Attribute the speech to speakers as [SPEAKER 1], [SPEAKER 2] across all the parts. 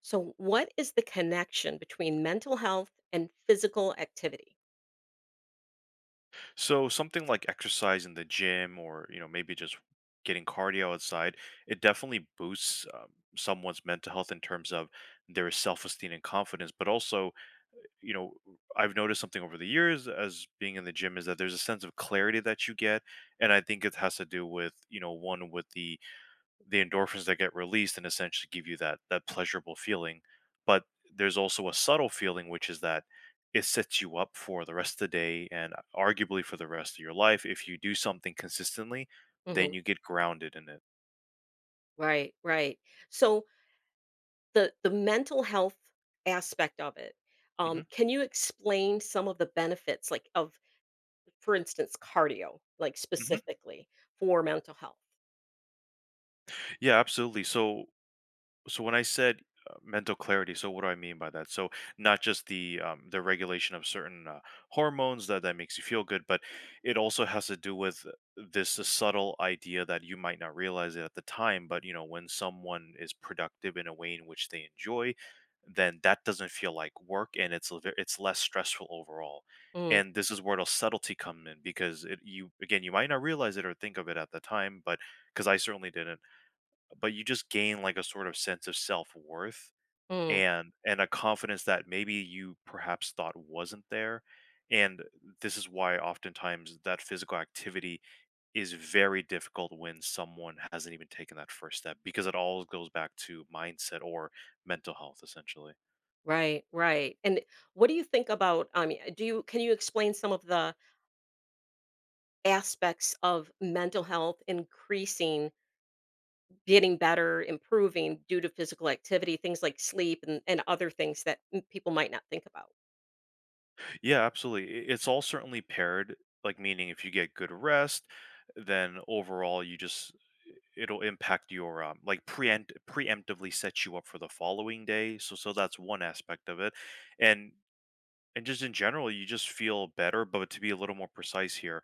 [SPEAKER 1] So, what is the connection between mental health and physical activity?
[SPEAKER 2] So something like exercise in the gym or, maybe just getting cardio outside, it definitely boosts someone's mental health in terms of their self-esteem and confidence. But also, you know, I've noticed something over the years as being in the gym is that there's a sense of clarity that you get. And I think it has to do with, one, with the endorphins that get released and essentially give you that pleasurable feeling. But there's also a subtle feeling, which is that it sets you up for the rest of the day, and arguably for the rest of your life, if you do something consistently, then
[SPEAKER 1] Hmm.
[SPEAKER 2] you get grounded in it.
[SPEAKER 1] Right, right. So, the mental health aspect of it.
[SPEAKER 2] Hmm.
[SPEAKER 1] Can you explain some of the benefits, like of, for instance, cardio, like
[SPEAKER 2] Hmm.
[SPEAKER 1] specifically for mental health?
[SPEAKER 2] Yeah, absolutely. So when I said mental clarity, so what do I mean by that? So, not just the regulation of certain hormones that makes you feel good, but it also has to do with this subtle idea that you might not realize it at the time, but you know when someone is productive in a way in which they enjoy, then that doesn't feel like work, and it's less stressful overall.
[SPEAKER 1] Mm,
[SPEAKER 2] And this is where the subtlety come in, because you again, you might not realize it or think of it at the time, but because I certainly didn't. But you just gain like a sort of sense of self-worth,
[SPEAKER 1] mm.
[SPEAKER 2] and a confidence that maybe you perhaps thought wasn't there. And this is why oftentimes that physical activity is very difficult when someone hasn't even taken that first step, because it all goes back to mindset or mental health essentially.
[SPEAKER 1] Right, right. And what do you think about? I mean, do you can you explain some of the aspects of mental health increasing, getting better, improving due to physical activity, things like sleep and other things that people might not think about?
[SPEAKER 2] Yeah, absolutely. It's all certainly paired, like, meaning if you get good rest, then overall you just, it'll impact your like preemptively set you up for the following day. So that's one aspect of it. And and just in general, you just feel better. But to be a little more precise here,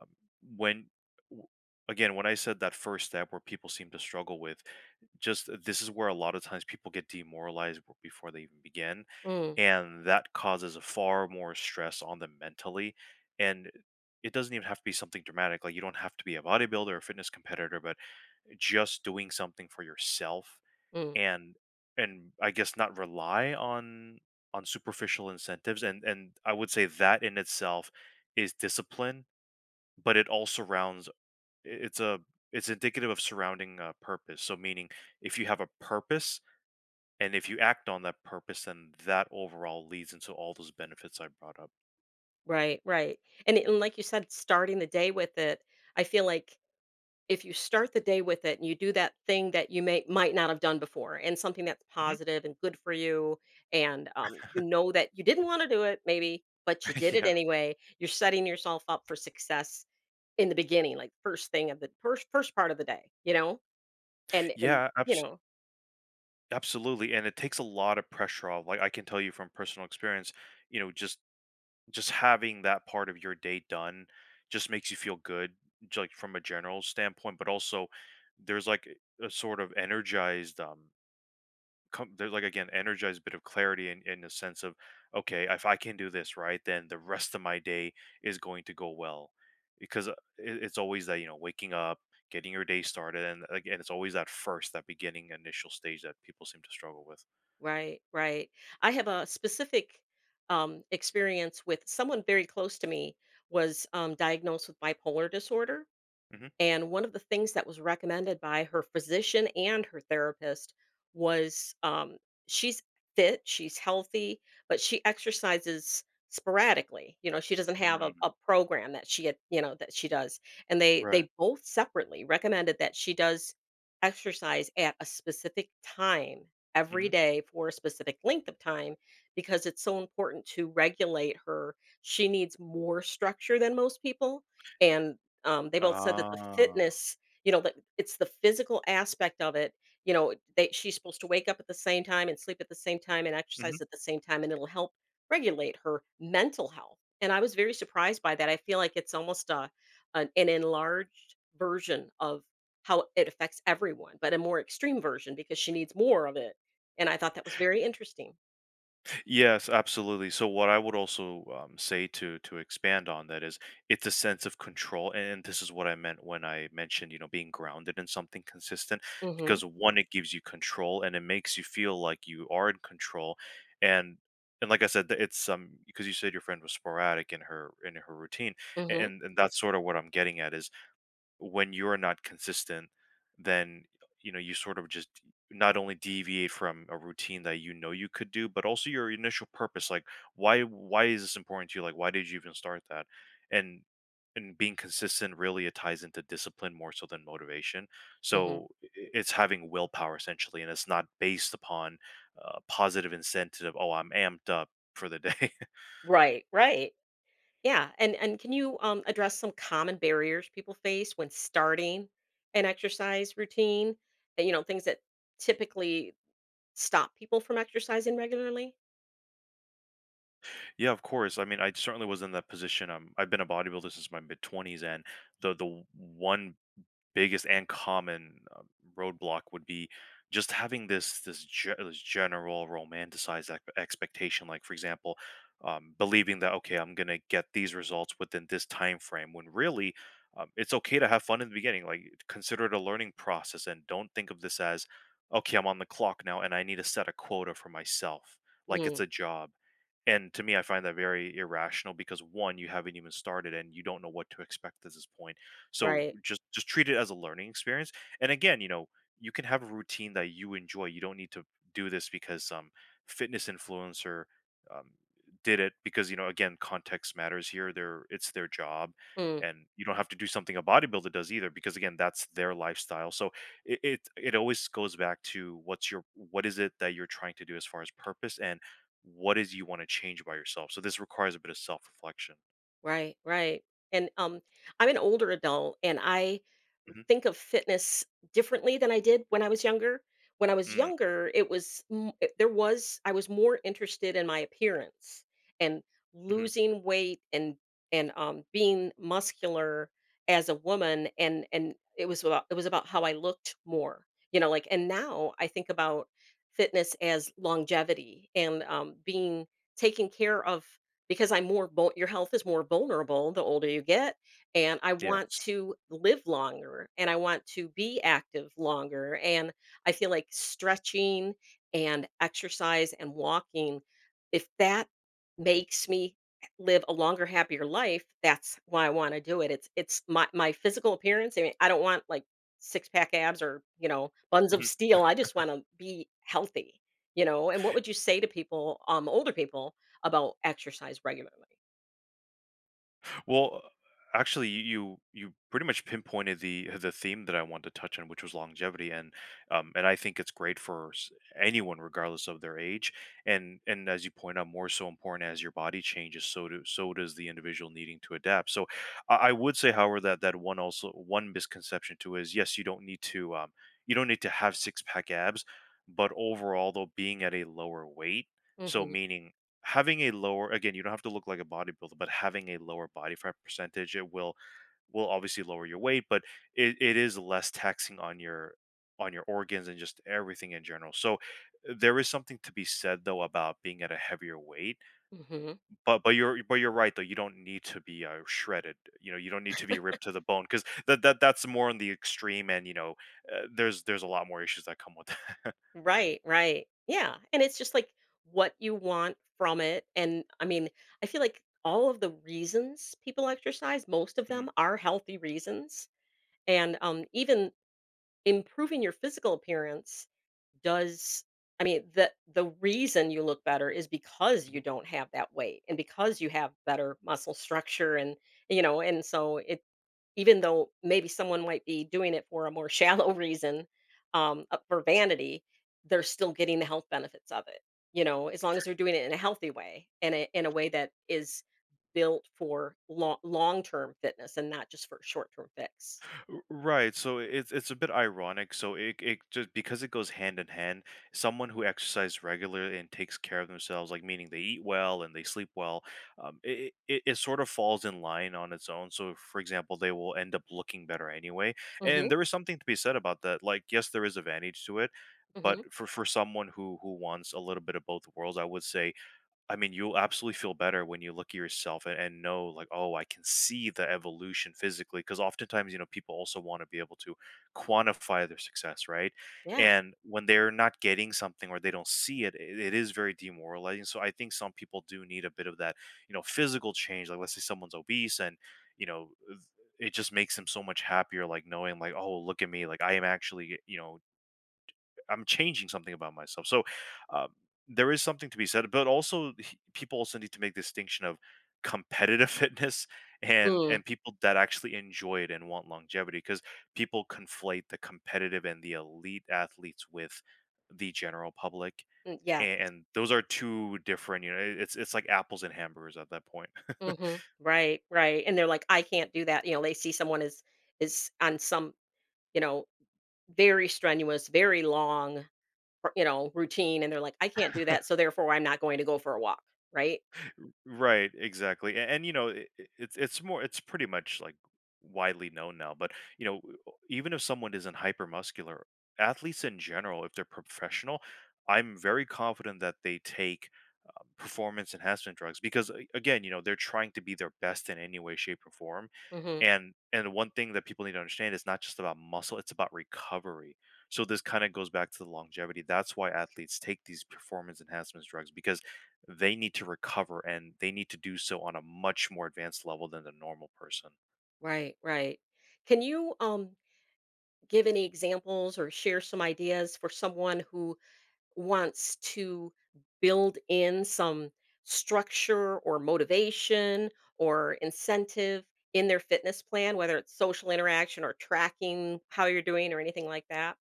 [SPEAKER 2] um, when w- again when I said that first step where people seem to struggle with, just this is where a lot of times people get demoralized before they even begin,
[SPEAKER 1] Mm,
[SPEAKER 2] and that causes far more stress on them mentally. And it doesn't even have to be something dramatic. Like, you don't have to be a bodybuilder or fitness competitor, but just doing something for yourself,
[SPEAKER 1] mm.
[SPEAKER 2] and and I guess, not rely on superficial incentives. And I would say that, in itself, is discipline, but it all surrounds, it's a it's indicative of surrounding purpose. So, meaning if you have a purpose, and if you act on that purpose, then that overall leads into all those benefits I brought up.
[SPEAKER 1] Right, right. And like you said, starting the day with it, I feel like if you start the day with it and you do that thing that you may might not have done before and something that's
[SPEAKER 2] Hmm.
[SPEAKER 1] positive and good for you, and you know that you didn't want to do it maybe, but you did it
[SPEAKER 2] Yeah.
[SPEAKER 1] anyway. You're setting yourself up for success in the beginning, like first thing of the first part of the day. And
[SPEAKER 2] Yeah,
[SPEAKER 1] you know
[SPEAKER 2] absolutely. And it takes a lot of pressure off. Like, I can tell you from personal experience, you know, just Just having that part of your day done just makes you feel good, like, from a general standpoint. But also, there's like a sort of energized, there's like, again, energized bit of clarity in the sense of, okay, if I can do this right, then the rest of my day is going to go well. Because it's always that, waking up, getting your day started, and again, it's always that first, that beginning initial stage that people seem to struggle with.
[SPEAKER 1] Right, right. I have a specific experience with someone very close to me. Was diagnosed with bipolar disorder.
[SPEAKER 2] Hmm.
[SPEAKER 1] And one of the things that was recommended by her physician and her therapist was, she's fit, she's healthy, but she exercises sporadically. You know, she doesn't have a,
[SPEAKER 2] Mm.
[SPEAKER 1] a program that she had, that she does. And they
[SPEAKER 2] Right.
[SPEAKER 1] they both separately recommended that she does exercise at a specific time
[SPEAKER 2] Hmm.
[SPEAKER 1] every day for a specific length of time, because it's so important to regulate her. She needs more structure than most people. And they both said that the
[SPEAKER 2] Ah.
[SPEAKER 1] fitness, that it's the physical aspect of it. You know, they she's supposed to wake up at the same time and sleep at the same time and
[SPEAKER 2] Mm-hmm.
[SPEAKER 1] exercise at the same time, and it'll help regulate her mental health. And I was very surprised by that. I feel like it's almost an enlarged version of how it affects everyone, but a more extreme version because she needs more of it. And I thought that was very interesting.
[SPEAKER 2] Yes, absolutely. So what I would also say to expand on that is, it's a sense of control, and this is what I meant when I mentioned being grounded in something consistent,
[SPEAKER 1] Hmm.
[SPEAKER 2] because one, it gives you control and it makes you feel like you are in control. And and like I said, th- it's because you said your friend was sporadic in her routine, a-
[SPEAKER 1] Hmm.
[SPEAKER 2] and and that's sort of what I'm getting at is, when you're not consistent, then, you know, you sort of just not only deviate from a routine that you know you could do, but also your initial purpose. Like, why is this important to you? Like, why did you even start that? And and being consistent, really it ties into discipline more so than motivation.
[SPEAKER 1] Hmm.
[SPEAKER 2] So i- it's having willpower essentially, and it's not based upon positive incentive. Oh, I'm amped up for the day.
[SPEAKER 1] Right. Right. Yeah, and can you, address some common barriers people face when starting an exercise routine? And things that typically stop people from exercising regularly?
[SPEAKER 2] Yeah, of course. I mean, I certainly was in that position. I've been a bodybuilder since my mid twenties, and the one biggest and common roadblock would be just having this general romanticized expectation. Like, for example, believing that, okay, I'm going to get these results within this time frame, when really, it's okay to have fun in the beginning. Like, consider it a learning process, and don't think of this as, okay, I'm on the clock now and I need to set a quota for myself, like it's
[SPEAKER 1] Mm,
[SPEAKER 2] a job. And to me, I find that very irrational, because one, you haven't even started and you don't know what to expect at this point. So
[SPEAKER 1] right.
[SPEAKER 2] just treat it as a learning experience. And again, you can have a routine that you enjoy. You don't need to do this because some fitness influencer um, did it, because, you know, again, context matters here. Their It's their job,
[SPEAKER 1] Mm,
[SPEAKER 2] and you don't have to do something a bodybuilder does either, because again, that's their lifestyle. So it always goes back to what's your, what is it that you're trying to do as far as purpose, and what is you want to change by yourself. So this requires a bit of self reflection.
[SPEAKER 1] right, right. And, I'm an older adult, and I
[SPEAKER 2] Hmm.
[SPEAKER 1] think of fitness differently than I did when I was younger. When I was younger, it was m- it- there was I was more interested in my appearance and
[SPEAKER 2] Mm-hmm.
[SPEAKER 1] losing weight, and being muscular as a woman, and it was about, how I looked more, like. And now I think about fitness as longevity and being taken care of, because your health is more vulnerable the older you get, and I want
[SPEAKER 2] Yes.
[SPEAKER 1] to live longer and I want to be active longer. And I feel like stretching and exercise and walking, if that makes me live a longer, happier life, that's why I want to do it. It's my physical appearance. I mean, I don't want like six pack abs or buns of
[SPEAKER 2] Mm-hmm.
[SPEAKER 1] steel. I just want to be healthy. And what would you say to people, older people, about exercise regularly?
[SPEAKER 2] Well, actually, you pretty much pinpointed the theme that I wanted to touch on, which was longevity. And I think it's great for anyone, regardless of their age. And as you point out, more so important as your body changes, so does the individual needing to adapt. So, I would say, however, that one, also, one misconception too is, yes, you don't need to have six pack abs, but overall, though, being at a lower weight, so
[SPEAKER 1] Hmm.
[SPEAKER 2] meaning having a lower, again, you don't have to look like a bodybuilder, but having a lower body fat percentage, it will obviously lower your weight. But it is less taxing on your organs and just everything in general. So there is something to be said though about being at a heavier weight.
[SPEAKER 1] Hmm.
[SPEAKER 2] But you're right though. You don't need to be shredded. You know, you don't need to be ripped to the bone, because that's more on the extreme, and there's a lot more issues that come with that.
[SPEAKER 1] Right, right. Yeah, and it's just like what you want from it. And I mean, I feel like all of the reasons people exercise, most of
[SPEAKER 2] Mhm.
[SPEAKER 1] them are healthy reasons, and, even improving your physical appearance does. I mean, the reason you look better is because you don't have that weight and because you have better muscle structure, and so it, even though maybe someone might be doing it for a more shallow reason, for vanity, they're still getting the health benefits of it, as long as they're doing it in a healthy way, and in a way that is built for long term fitness and not just for a short term fix.
[SPEAKER 2] Right, so it's a bit ironic. So it just because it goes hand in hand. Someone who exercises regularly and takes care of themselves, like, meaning they eat well and they sleep well, it sort of falls in line on its own. So, for example, they will end up looking better anyway. And
[SPEAKER 1] Mhm.
[SPEAKER 2] there is something to be said about that. Like, yes, there is advantage to it, but
[SPEAKER 1] Mhm.
[SPEAKER 2] for someone who wants a little bit of both worlds, I would say, I mean, you'll absolutely feel better when you look at yourself and know, like, oh, I can see the evolution physically. Because oftentimes, people also want to be able to quantify their success, right?
[SPEAKER 1] Yeah.
[SPEAKER 2] And when they're not getting something or they don't see it, it is very demoralizing. So I think some people do need a bit of that, you know, physical change. Like, let's say someone's obese, and, you know, th- it just makes them so much happier, like knowing, like, oh, look at me, like I am actually, I'm changing something about myself. Um, there is something to be said, but also people also need to make distinction of competitive fitness and
[SPEAKER 1] Mm.
[SPEAKER 2] and people that actually enjoy it and want longevity because people conflate the competitive and the elite athletes with the general public,
[SPEAKER 1] Mm, yeah.
[SPEAKER 2] and those are two different, you know, it's like apples and hamburgers at that point.
[SPEAKER 1] Mhm. Right. Right. And they're like, I can't do that. They see someone is on some, you know, very strenuous, very long, routine, and they're like, "I can't do that, so therefore I'm not going to go for a walk," right?
[SPEAKER 2] Right, exactly, a and, you know, it's more, it's pretty much, like, widely known now, but, you know, w- even if someone isn't hypermuscular, athletes in general, if they're professional, I'm very confident that they take performance enhancement drugs, because again, you know, they're trying to be their best in any way, shape, or form.
[SPEAKER 1] Mhm.
[SPEAKER 2] And one thing that people need to understand is, not just about muscle, it's about recovery. So this kind of goes back to the longevity. That's why athletes take these performance enhancements drugs, because they need to recover and they need to do so on a much more advanced level than the normal person.
[SPEAKER 1] Right, right. Can you, give any examples or share some ideas for someone who wants to build in some structure or motivation or incentive in their fitness plan, whether it's social interaction or tracking how you're doing or anything like that?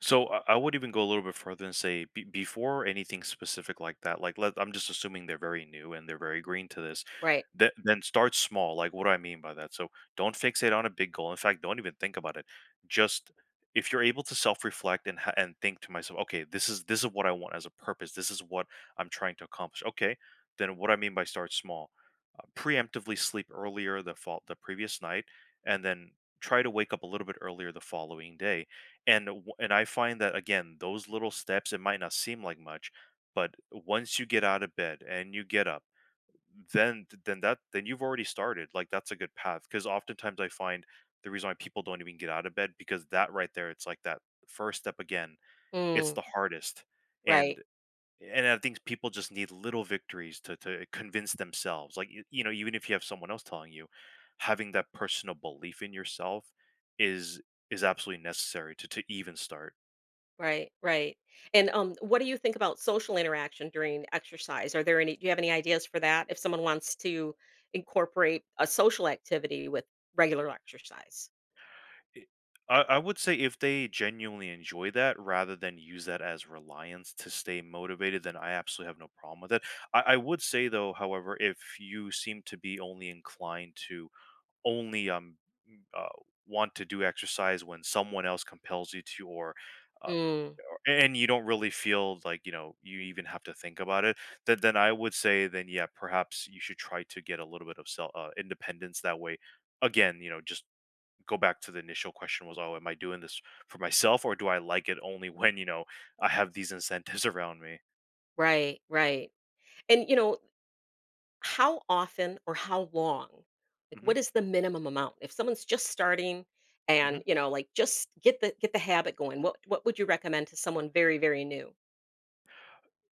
[SPEAKER 2] So I would even go a little bit further and say be before anything specific like that, like let, I'm just assuming they're very new and they're very green to this.
[SPEAKER 1] Right.
[SPEAKER 2] Then start small. Like, what do I mean by that? So don't fixate on a big goal. In fact, don't even think about it. Just if you're able to self-reflect and and think to myself, okay, this is what I want as a purpose. This is what I'm trying to accomplish. Okay, then what I mean by start small, preemptively sleep earlier the previous night, and then try to wake up a little bit earlier the following day, and I find that, again, those little steps, it might not seem like much, but once you get out of bed and you get up, then you've already started. Like, that's a good path. Because oftentimes I find the reason why people don't even get out of bed, because that right there, it's like that first step, again, it's
[SPEAKER 1] Mm,
[SPEAKER 2] the hardest.
[SPEAKER 1] right.
[SPEAKER 2] And and I think people just need little victories to convince themselves. Like, you know, even if you have someone else telling you, having that personal belief in yourself is absolutely necessary to even start.
[SPEAKER 1] Right, right. And what do you think about social interaction during exercise? Are there any? Do you have any ideas for that? If someone wants to incorporate a social activity with regular exercise.
[SPEAKER 2] I I would say if they genuinely enjoy that rather than use that as reliance to stay motivated, then I absolutely have no problem with it. I would say, though, however, if you seem to be only inclined to only m- uh, want to do exercise when someone else compels you to, or um,
[SPEAKER 1] Mm,
[SPEAKER 2] and you don't really feel like, you know, you even have to think about it, then I would say, then yeah, perhaps you should try to get a little bit of self independence. That way, again, you know, just go back to the initial question was, "Oh, am I doing this for myself, or do I like it only when, you know, I have these incentives around me?"
[SPEAKER 1] right, right. And how often or how long? Like,
[SPEAKER 2] Mhm.
[SPEAKER 1] what is the minimum amount? If someone's just starting, and
[SPEAKER 2] Mhm.
[SPEAKER 1] like, just get the habit going. What would you recommend to someone very very new?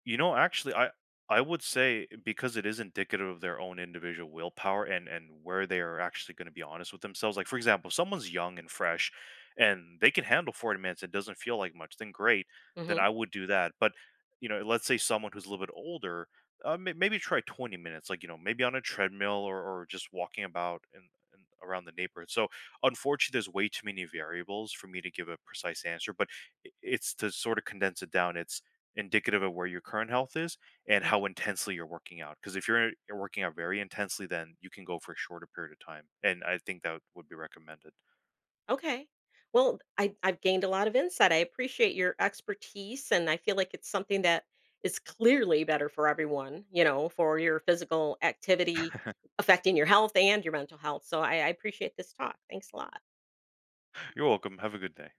[SPEAKER 2] You know, actually, I would say, because it is indicative of their own individual willpower and where they are actually going to be honest with themselves. Like, for example, if someone's young and fresh, and they can handle 40 minutes, it doesn't feel like much, then great. Then
[SPEAKER 1] Mm-hmm.
[SPEAKER 2] I would do that. But, you know, let's say someone who's a little bit older, maybe try 20 minutes. Like, you know, maybe on a treadmill or just walking about and around the neighborhood. So unfortunately there's way too many variables for me to give a precise answer, but it's, to sort of condense it down, it's indicative of where your current health is and how intensely you're working out. Because if you're working out very intensely, then you can go for a shorter period of time. And I think that would be recommended.
[SPEAKER 1] Okay. Well, I've gained a lot of insight. I appreciate your expertise, and I feel like it's something that is clearly better for everyone, for your physical activity affecting your health and your mental health. So I appreciate this talk. Thanks a lot.
[SPEAKER 2] You're welcome. Have a good day.